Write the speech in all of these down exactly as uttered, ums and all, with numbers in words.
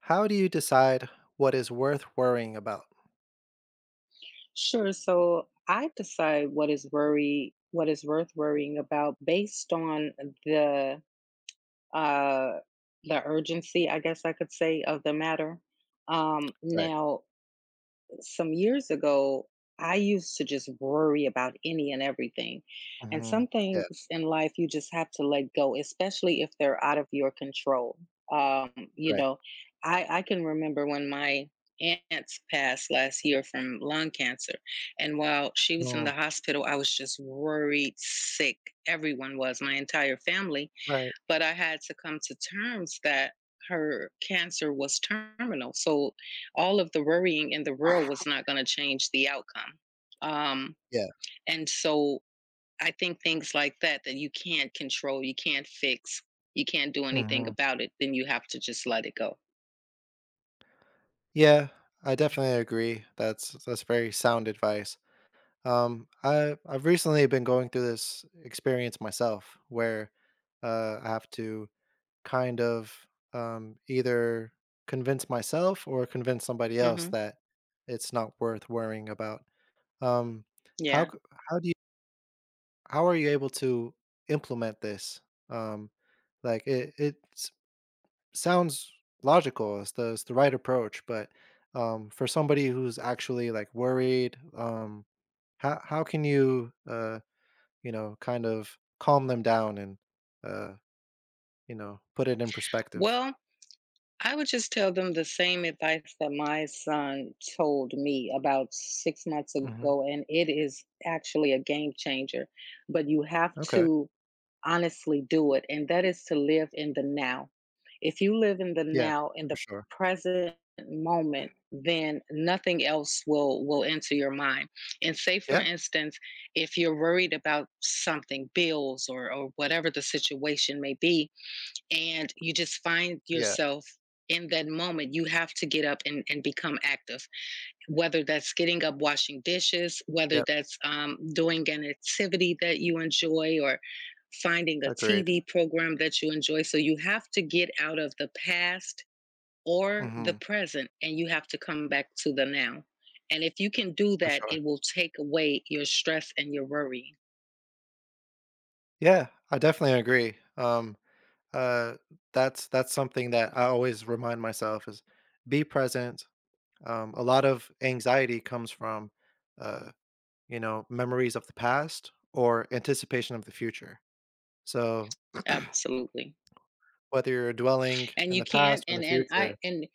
How do you decide what is worth worrying about? Sure. So I decide what is worry, what is worth worrying about based on the uh the urgency, I guess I could say, of the matter. Um Right. Now some years ago, I used to just worry about any and everything. And some Mhm. Yeah, things in life you just have to let go, especially if they're out of your control. Um, you right. know, I, I can remember when my aunt's passed last year from lung cancer. And while she was in the Mm, hospital, I was just worried, sick. Everyone was, my entire family, right. but I had to come to terms that her cancer was terminal. So all of the worrying in the world was not going to change the outcome. Um, Yeah. and so I think things like that, that you can't control, you can't fix, you can't do anything Mhm. about it, then you have to just let it go. Yeah, I definitely agree. That's that's very sound advice. Um, I I've recently been going through this experience myself where uh, I have to kind of um, either convince myself or convince somebody else hmm that it's not worth worrying about. Um, how Yeah. c- how do you, how are you able to implement this? Um, like it, it s- sounds logical. It's the, it's the right approach, but um, for somebody who's actually like worried, um, how how can you uh, you know kind of calm them down and uh, you know put it in perspective? Well, I would just tell them the same advice that my son told me about six months Hmm. ago, and it is actually a game changer, but you have Okay. to honestly do it, and that is to live in the now. If you live in the Yeah, now, in for the sure. present moment, then nothing else will will enter your mind. And say, for Yeah. instance, if you're worried about something, bills or or whatever the situation may be, and you just find Yeah. yourself in that moment, you have to get up and, and become active, whether that's getting up washing dishes, whether Yeah. that's um, doing an activity that you enjoy, or finding a Agreed. TV program that you enjoy. So you have to get out of the past or the Hmm. present and you have to come back to the now, and if you can do For that sure. it will take away your stress and your worry. Yeah, I definitely agree. Um, Uh, that's that's something that I always remind myself is be present. Um, a lot of anxiety comes from, uh, you know, memories of the past or anticipation of the future. So Absolutely. whether you're dwelling And in you the can't past or the and and I future, and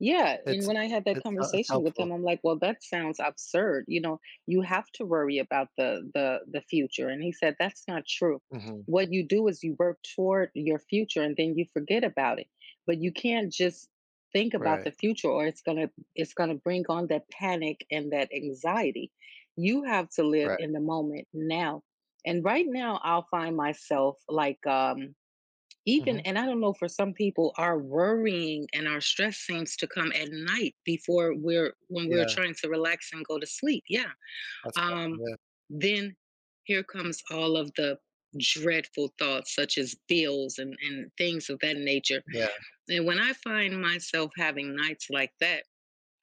Yeah, and it's when I had that it's, hel- it's conversation with helpful. him, I'm like, "Well, that sounds absurd. You know, you have to worry about the the the future." And he said, "That's not true. Hmm. What you do is you work toward your future and then you forget about it. But you can't just think about Right, the future or it's going to it's going to bring on that panic and that anxiety. You have to live right. in the moment now." And right now I'll find myself like, um even Hmm. and I don't know, for some people our worrying and our stress seems to come at night before we're, when we're Yeah, trying to relax and go to sleep. Yeah. that's um yeah, then here comes all of the dreadful thoughts such as bills and and things of that nature. yeah, And when I find myself having nights like that,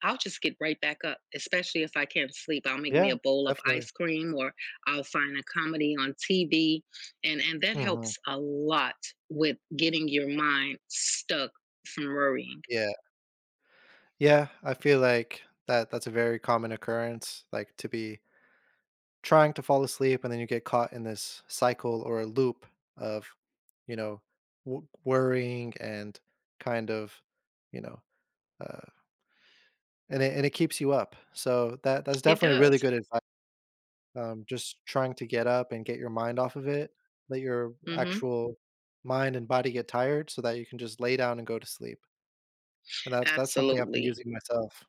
I'll just get right back up, especially if I can't sleep. I'll make me yeah, a bowl of definitely. ice cream, or I'll find a comedy on T V. And, and that Hmm. helps a lot with getting your mind stuck from worrying. Yeah, yeah. I feel like that that's a very common occurrence, like to be trying to fall asleep and then you get caught in this cycle or a loop of, you know, w- worrying and kind of, you know, uh, and it, and it keeps you up, so that that's It definitely really does. good advice, um, just trying to get up and get your mind off of it, let your Mm hmm. actual mind and body get tired so that you can just lay down and go to sleep, and that that's something I've been Absolutely. using myself.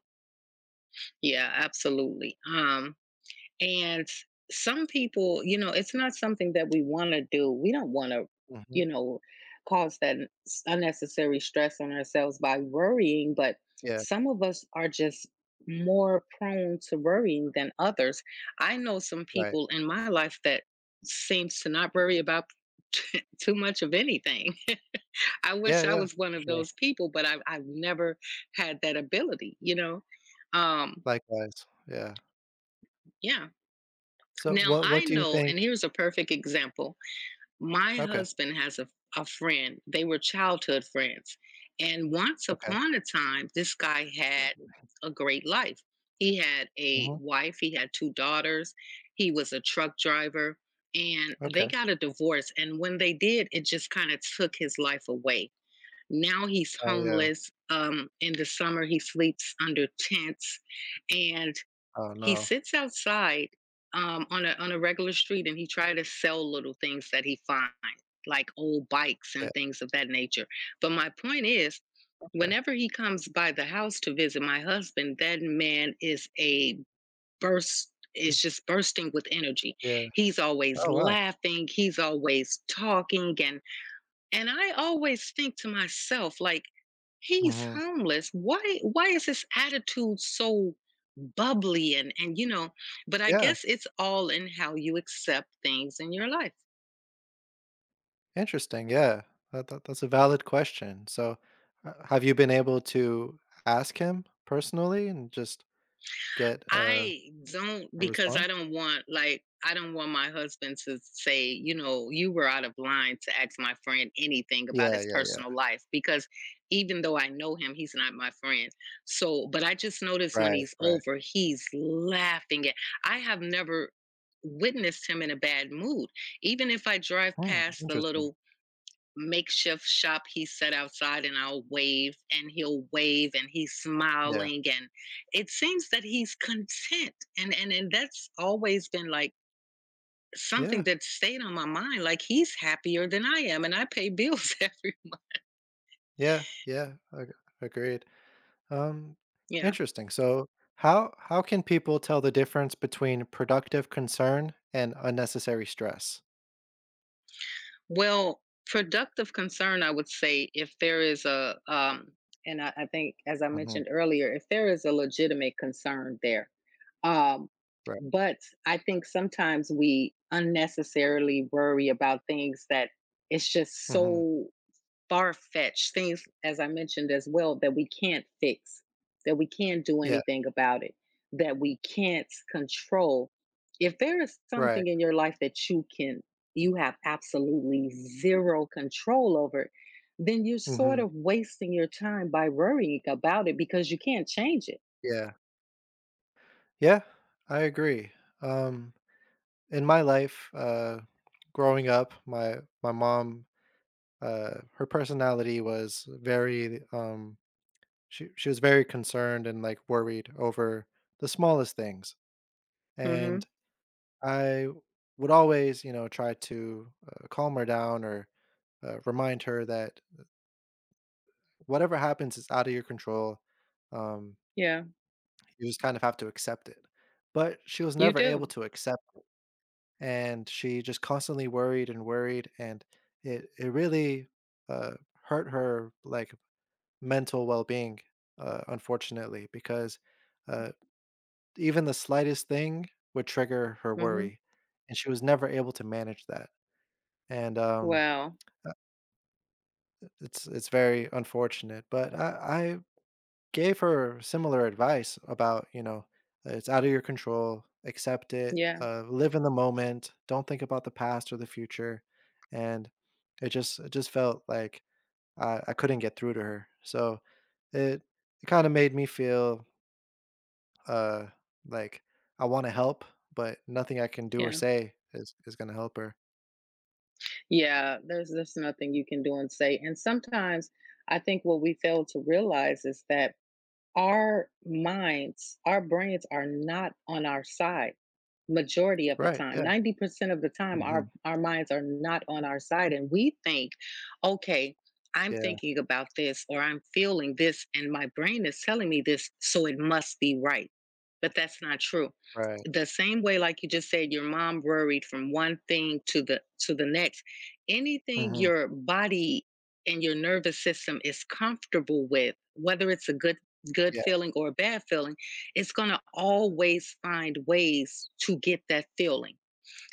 Yeah, absolutely. Um, And some people, you know, it's not something that we want to do. We don't want to, Hmm. you know, cause that n- s- unnecessary stress on ourselves by worrying, but Yeah, some of us are just more prone to worrying than others. I know some right. people in my life that seems to not worry about too much of anything. I wish Yeah, I yeah, was one for of sure. those people, but I've, I've never had that ability, you know? Um, Likewise, yeah. yeah. So Now what I what do you know, think? and here's a perfect example. My Okay. husband has a, a friend, they were childhood friends. And once Okay. upon a time, this guy had a great life. He had a Mhm. wife, he had two daughters, he was a truck driver, and they Okay. got a divorce. And when they did, it just kind of took his life away. Now he's Oh, yeah. homeless. Um, in the summer, he sleeps under tents, and Oh, he no. sits outside um, on a on a regular street, and he try to sell little things that he finds, like old bikes Yeah, and things of that nature. But my point is, okay. whenever he comes by the house to visit my husband, that man is a burst is just bursting with energy. Yeah. He's always Oh, wow. laughing, he's always talking, and and I always think to myself like, he's Mhm. homeless. Why why is his attitude so bubbly and and you know, but I Yeah, guess it's all in how you accept things in your life. interesting, yeah. That that that's a valid question. So, h have you been able to ask him personally and just get, uh, I don't, a because I response? don't want, like I don't want my husband to say, you know, you were out of line to ask my friend anything about Yeah, his yeah, yeah. personal life, because even though I know him, he's not my friend. So, but I just noticed when Right, he's right. over, he's laughing at. I have never witnessed him in a bad mood. Even if I drive Hmm, past the interesting. little makeshift shop he set outside, and I'll wave and he'll wave and he's Yeah. smiling, and it seems that he's content, and and and that's always been like something Yeah. that stayed on my mind, like he's happier than I am and I pay bills every, Yeah, yeah. Ag agreed. Um, yeah. Interesting. So, how how can people tell the difference between productive concern and unnecessary stress? Well, productive concern, I would say, if there is a um and I, I think, as I Mhm. mentioned earlier, if there is a legitimate concern there. Um, but I think sometimes we unnecessarily worry about things that it's just Mhm. so far fetched, things, as I mentioned as well, that we can't fix, that we can't do Yeah, anything about it, that we can't control. If there is right. something in your life that you can, you have absolutely zero control over, then you're sort Mhm. of wasting your time by worrying about it because you can't change it. Yeah. Yeah, I agree. Um, in my life, uh, growing up, my my mom, uh, her personality was very, um, she she was very concerned and like worried over the smallest things, hmm and I would always, you know, try to uh, calm her down or uh, remind her that whatever happens is out of your control. Um, Yeah, You just kind of have to accept it. But she was you never able do. to accept, and she just constantly worried and worried, and it it really uh, hurt her like mental well being, uh, unfortunately, because uh, even the slightest thing would trigger her Mhm. worry, and she was never able to manage that. And um, Wow. uh, it's it's very unfortunate, but I gave her similar advice about, you know, it's out of your control, accept it, Yeah, uh, live in the moment, don't think about the past or the future. And it just, it just felt like I, I couldn't get through to her. So it it kind of made me feel uh like I want to help, but nothing I can do or yeah. say is is gonna help her. Yeah, there's there's nothing you can do and say, and sometimes I think what we fail to realize is that our minds, our brains are not on our side majority of the Right. time. Yeah. ninety percent of the time our Hmm. our minds are not on our side, and we think, okay, I'm Yeah. thinking about this or I'm feeling this and my brain is telling me this, so it must be right. But that's not true. Right. The same way like you just said, your mom worried from one thing to the to the next. Anything Hmm. your body and your nervous system is comfortable with, whether it's a good good Yeah. feeling or a bad feeling, it's going to always find ways to get that feeling.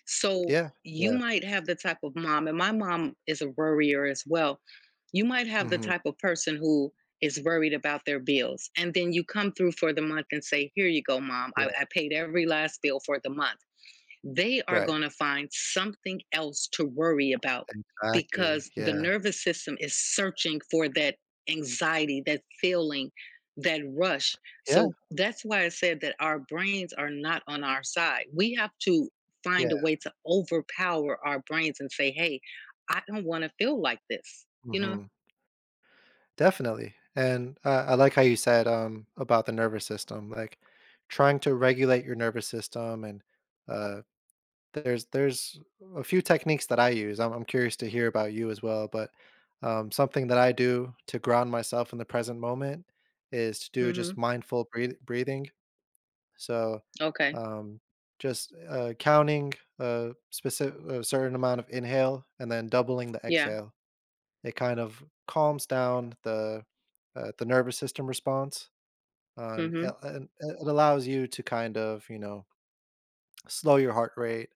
So Yeah. you Yeah. might have the type of mom, and my mom is a worrier as well. You might have the Hmm. type of person who is worried about their bills. And then you come through for the month and say, "Here you go, mom. I, Yeah. I paid every last bill for the month." They are Right. going to find something else to worry about, Exactly. because the Yeah. nervous system is searching for that anxiety, that feeling, that rush. Yeah. So that's why I said that our brains are not on our side. We have to find a Yeah. way to overpower our brains and say, hey, I don't want to feel like this, you know? Mhm. Definitely. And I I like how you said, um, about the nervous system, like trying to regulate your nervous system. And uh, there's there's a few techniques that I use. I'm, I'm curious to hear about you as well. But um, something that I do to ground myself in the present moment is to do just Mm mindful breath- breathing. So hmm. Okay. um, just uh, counting a specific a certain amount of inhale and then doubling the Yeah. exhale, it kind of calms down the, uh, the nervous system response, uh, Mm and hmm. it and it allows you to kind of, you know, slow your heart rate,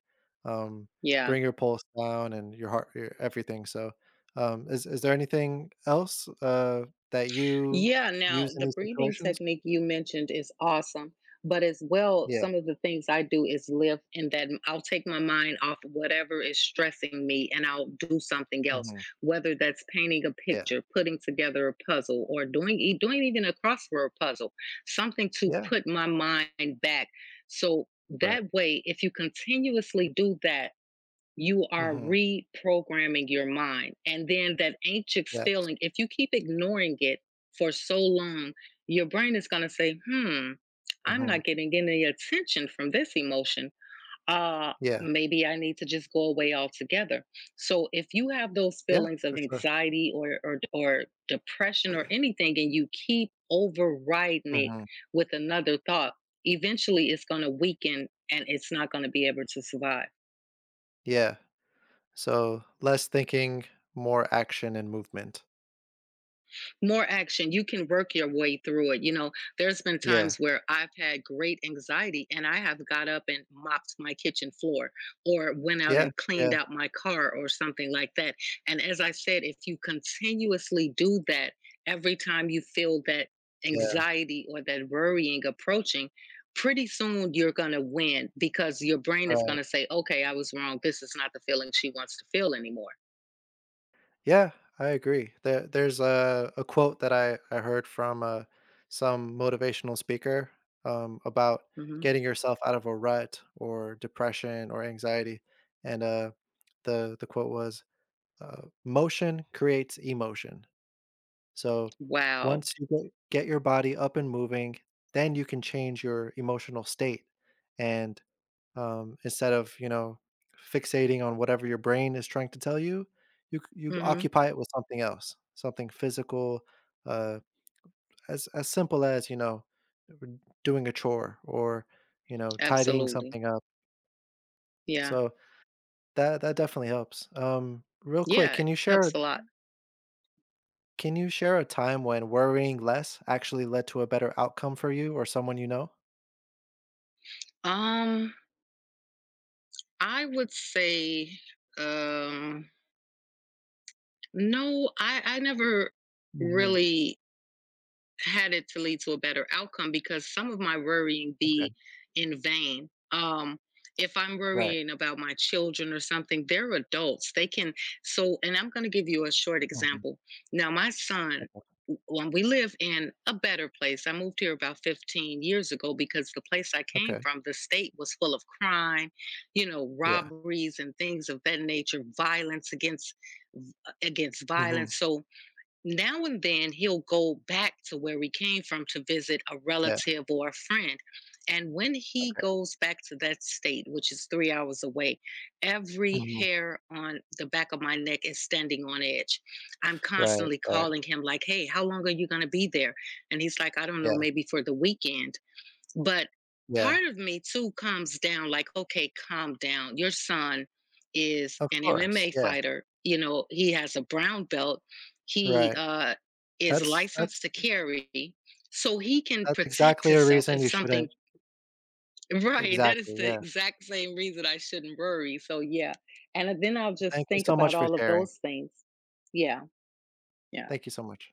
um, Yeah. bring your pulse down and your heart, your everything, so, um, is is there anything else, uh, that you Yeah, now use in the these breathing situations? technique you mentioned is awesome, but as well, Yeah, some of the things I do is lift, and that I I'll take my mind off whatever is stressing me and I'll do something else, mhm, whether that's painting a yeah, picture, putting together a puzzle, or doing e- doing even a crossword puzzle, something to yeah, put my mind back. So right, that way, if you continuously do that, you are mhm, reprogramming your mind. And then that anxious yes, feeling, if you keep ignoring it for so long, your brain is going to say, hmm, I'm mhm, not getting any attention from this emotion. Uh, yeah, Maybe I need to just go away altogether. So if you have those yeah, feelings of for sure, anxiety or, or, or depression or anything, and you keep overriding it mhm, with another thought, eventually it's going to weaken and it's not going to be able to survive. yeah, so less thinking, more action and movement, More action, you can work your way through it, you know. There's been yeah. times where I've had great anxiety and I have got up and mopped my kitchen floor, or went out Yeah, and yeah, cleaned out my car or something like that. And as I said, if you continuously do that, every time you feel that yeah, anxiety or that worrying approaching, pretty soon you're going to win, because your brain is going right. to say, okay, I was wrong, this is not the feeling she wants to feel anymore. Yeah, I agree. There there's a a quote that I I heard from, uh, some motivational speaker, um, about Hmm. getting yourself out of a rut or depression or anxiety, and, uh, the the quote was, uh, "Motion creates emotion." So, Wow. once you get get your body up and moving, then you can change your emotional state, and um, instead of, you know, fixating on whatever your brain is trying to tell you, you c- you Hmm. occupy it with something else, something physical, uh, as as simple as, you know, r- doing a chore or, you know, tidying Absolutely. something up, Yeah. so that that definitely helps. Um real quick, Yeah, can it you share, helps a lot. can you share a time when worrying less actually led to a better outcome for you or someone you know? Um, I would say, um, no, I I never Hmm. really had it to lead to a better outcome, because some of my worrying be Okay. in vain. Um, if I'm Right. worrying about my children or something, they're adults. They can, so, and I'm going to give you a short Hmm. example. Now, my son, Okay. when we live in a better place, I moved here about fifteen years ago because the place I came Okay. from, the state was full of crime, you know, Yeah. robberies and things of that nature, violence against against Hmm. violence. So now and then, he'll go back to where he came from to visit a Yeah. relative or a friend. And when he goes back to that state, which is three hours away, every Hmm. hair on the back of my neck is standing on edge. I'm Right, constantly right. calling him, like, hey, how long are you going to be there? And he's like, I don't know, Yeah. maybe for the weekend. But Yeah, part of me too calms down, like, okay, calm down. Your son is of an course, M M A yeah, fighter. You know, he has a brown belt. He right. uh, is That's that's licensed to carry, so he can that's protect exactly a himself reason if you something. shouldn't. Right, that is Exactly, the yeah. exact same reason I shouldn't worry. So yeah, and then I'll just Thank you think so about much for all of sharing. those things. Yeah, yeah. Thank you so much.